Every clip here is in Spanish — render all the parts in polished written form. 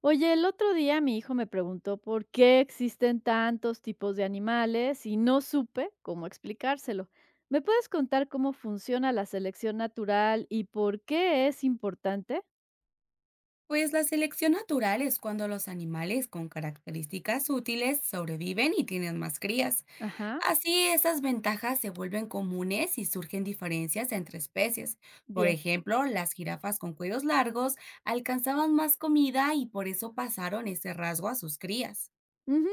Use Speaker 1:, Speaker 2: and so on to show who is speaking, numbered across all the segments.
Speaker 1: Oye, el otro día mi hijo me preguntó por qué existen tantos tipos de animales y no supe cómo explicárselo. ¿Me puedes contar cómo funciona la selección natural y por qué es importante?
Speaker 2: Pues la selección natural es cuando los animales con características útiles sobreviven y tienen más crías.
Speaker 1: Ajá,
Speaker 2: Así esas ventajas se vuelven comunes y surgen diferencias entre especies. Por
Speaker 1: bien.
Speaker 2: ejemplo, las jirafas con cuellos largos alcanzaban más comida y por eso pasaron ese rasgo a sus crías.
Speaker 1: Ujú.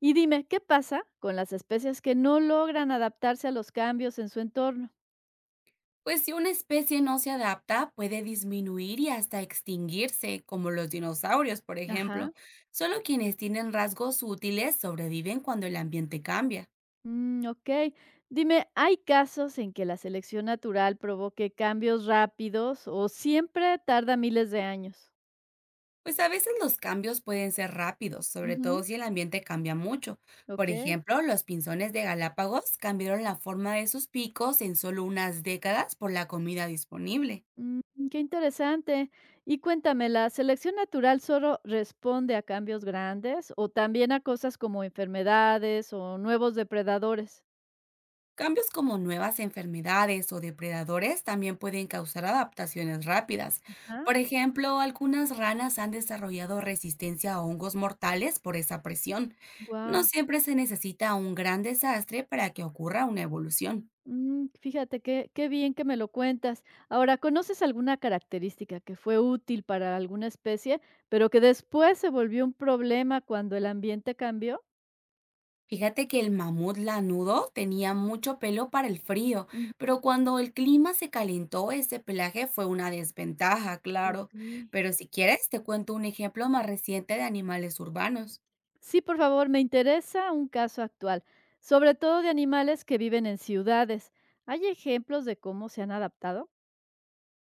Speaker 1: Y dime, ¿qué pasa con las especies que no logran adaptarse a los cambios en su entorno?
Speaker 2: Pues si una especie no se adapta, puede disminuir y hasta extinguirse, como los dinosaurios, por
Speaker 1: Ajá,
Speaker 2: ejemplo. Solo quienes tienen rasgos útiles sobreviven cuando el ambiente cambia.
Speaker 1: mm, ok. Dime, ¿hay casos en que la selección natural provoque cambios rápidos o siempre tarda miles de años?
Speaker 2: Pues a veces los cambios pueden ser rápidos, sobre todo
Speaker 1: Ujú.
Speaker 2: si el ambiente cambia mucho. Por
Speaker 1: Okey.
Speaker 2: ejemplo, los pinzones de Galápagos cambiaron la forma de sus picos en solo unas décadas por la comida disponible.
Speaker 1: Mm, qué interesante. Y cuéntame, ¿la selección natural solo responde a cambios grandes o también a cosas como enfermedades o nuevos depredadores?
Speaker 2: Cambios como nuevas enfermedades o depredadores también pueden causar adaptaciones rápidas.
Speaker 1: Ajá.
Speaker 2: Por ejemplo, algunas ranas han desarrollado resistencia a hongos mortales por esa presión. No
Speaker 1: Wow.
Speaker 2: siempre se necesita un gran desastre para que ocurra una evolución.
Speaker 1: Fíjate qué bien que me lo cuentas. Ahora, ¿conoces alguna característica que fue útil para alguna especie, pero que después se volvió un problema cuando el ambiente cambió?
Speaker 2: Fíjate que el mamut lanudo tenía mucho pelo para el frío,
Speaker 1: Mm,
Speaker 2: pero cuando el clima se calentó, ese pelaje fue una desventaja, claro.
Speaker 1: okey.
Speaker 2: Pero si quieres, te cuento un ejemplo más reciente de animales urbanos.
Speaker 1: Sí, por favor, me interesa un caso actual, sobre todo de animales que viven en ciudades. ¿Hay ejemplos de cómo se han adaptado?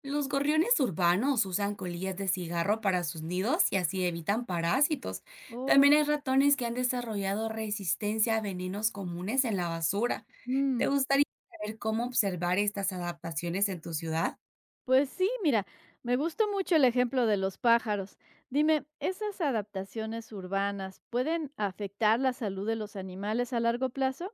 Speaker 2: Los gorriones urbanos usan colillas de cigarro para sus nidos y así evitan parásitos.
Speaker 1: Oh,
Speaker 2: También hay ratones que han desarrollado resistencia a venenos comunes en la basura. ¿Te
Speaker 1: mm,
Speaker 2: gustaría saber cómo observar estas adaptaciones en tu ciudad?
Speaker 1: pues sí, mira, me gustó mucho el ejemplo de los pájaros. Dime, ¿esas adaptaciones urbanas pueden afectar la salud de los animales a largo plazo?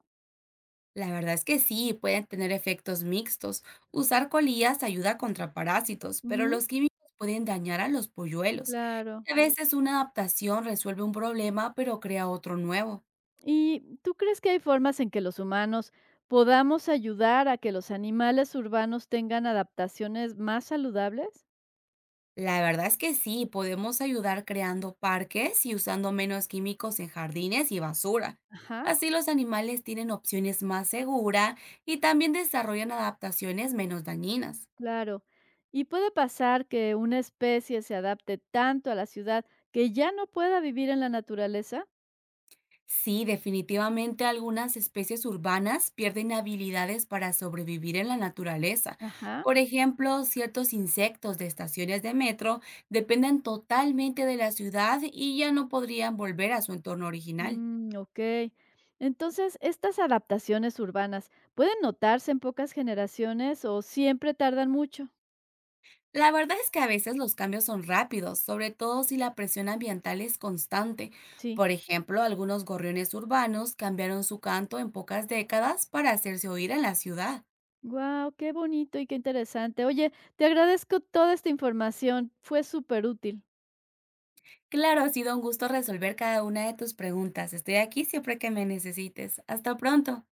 Speaker 2: La verdad es que sí, pueden tener efectos mixtos. Usar colillas ayuda contra parásitos, pero
Speaker 1: Ujú,
Speaker 2: los químicos pueden dañar a los polluelos.
Speaker 1: claro.
Speaker 2: A veces una adaptación resuelve un problema, pero crea otro nuevo.
Speaker 1: ¿Y tú crees que hay formas en que los humanos podamos ayudar a que los animales urbanos tengan adaptaciones más saludables?
Speaker 2: La verdad es que sí, podemos ayudar creando parques y usando menos químicos en jardines y basura.
Speaker 1: Ajá.
Speaker 2: Así los animales tienen opciones más seguras y también desarrollan adaptaciones menos dañinas.
Speaker 1: Claro. Y puede pasar que una especie se adapte tanto a la ciudad que ya no pueda vivir en la naturaleza.
Speaker 2: Sí, definitivamente algunas especies urbanas pierden habilidades para sobrevivir en la naturaleza.
Speaker 1: Ajá.
Speaker 2: Por ejemplo, ciertos insectos de estaciones de metro dependen totalmente de la ciudad y ya no podrían volver a su entorno original.
Speaker 1: Mm, ok. Entonces, ¿estas adaptaciones urbanas pueden notarse en pocas generaciones o siempre tardan mucho?
Speaker 2: La verdad es que a veces los cambios son rápidos, sobre todo si la presión ambiental es constante.
Speaker 1: Sí.
Speaker 2: Por ejemplo, algunos gorriones urbanos cambiaron su canto en pocas décadas para hacerse oír en la ciudad.
Speaker 1: Wow, qué bonito y qué interesante. Oye, te agradezco toda esta información. Fue súper útil.
Speaker 2: Claro, ha sido un gusto resolver cada una de tus preguntas. Estoy aquí siempre que me necesites. Hasta pronto.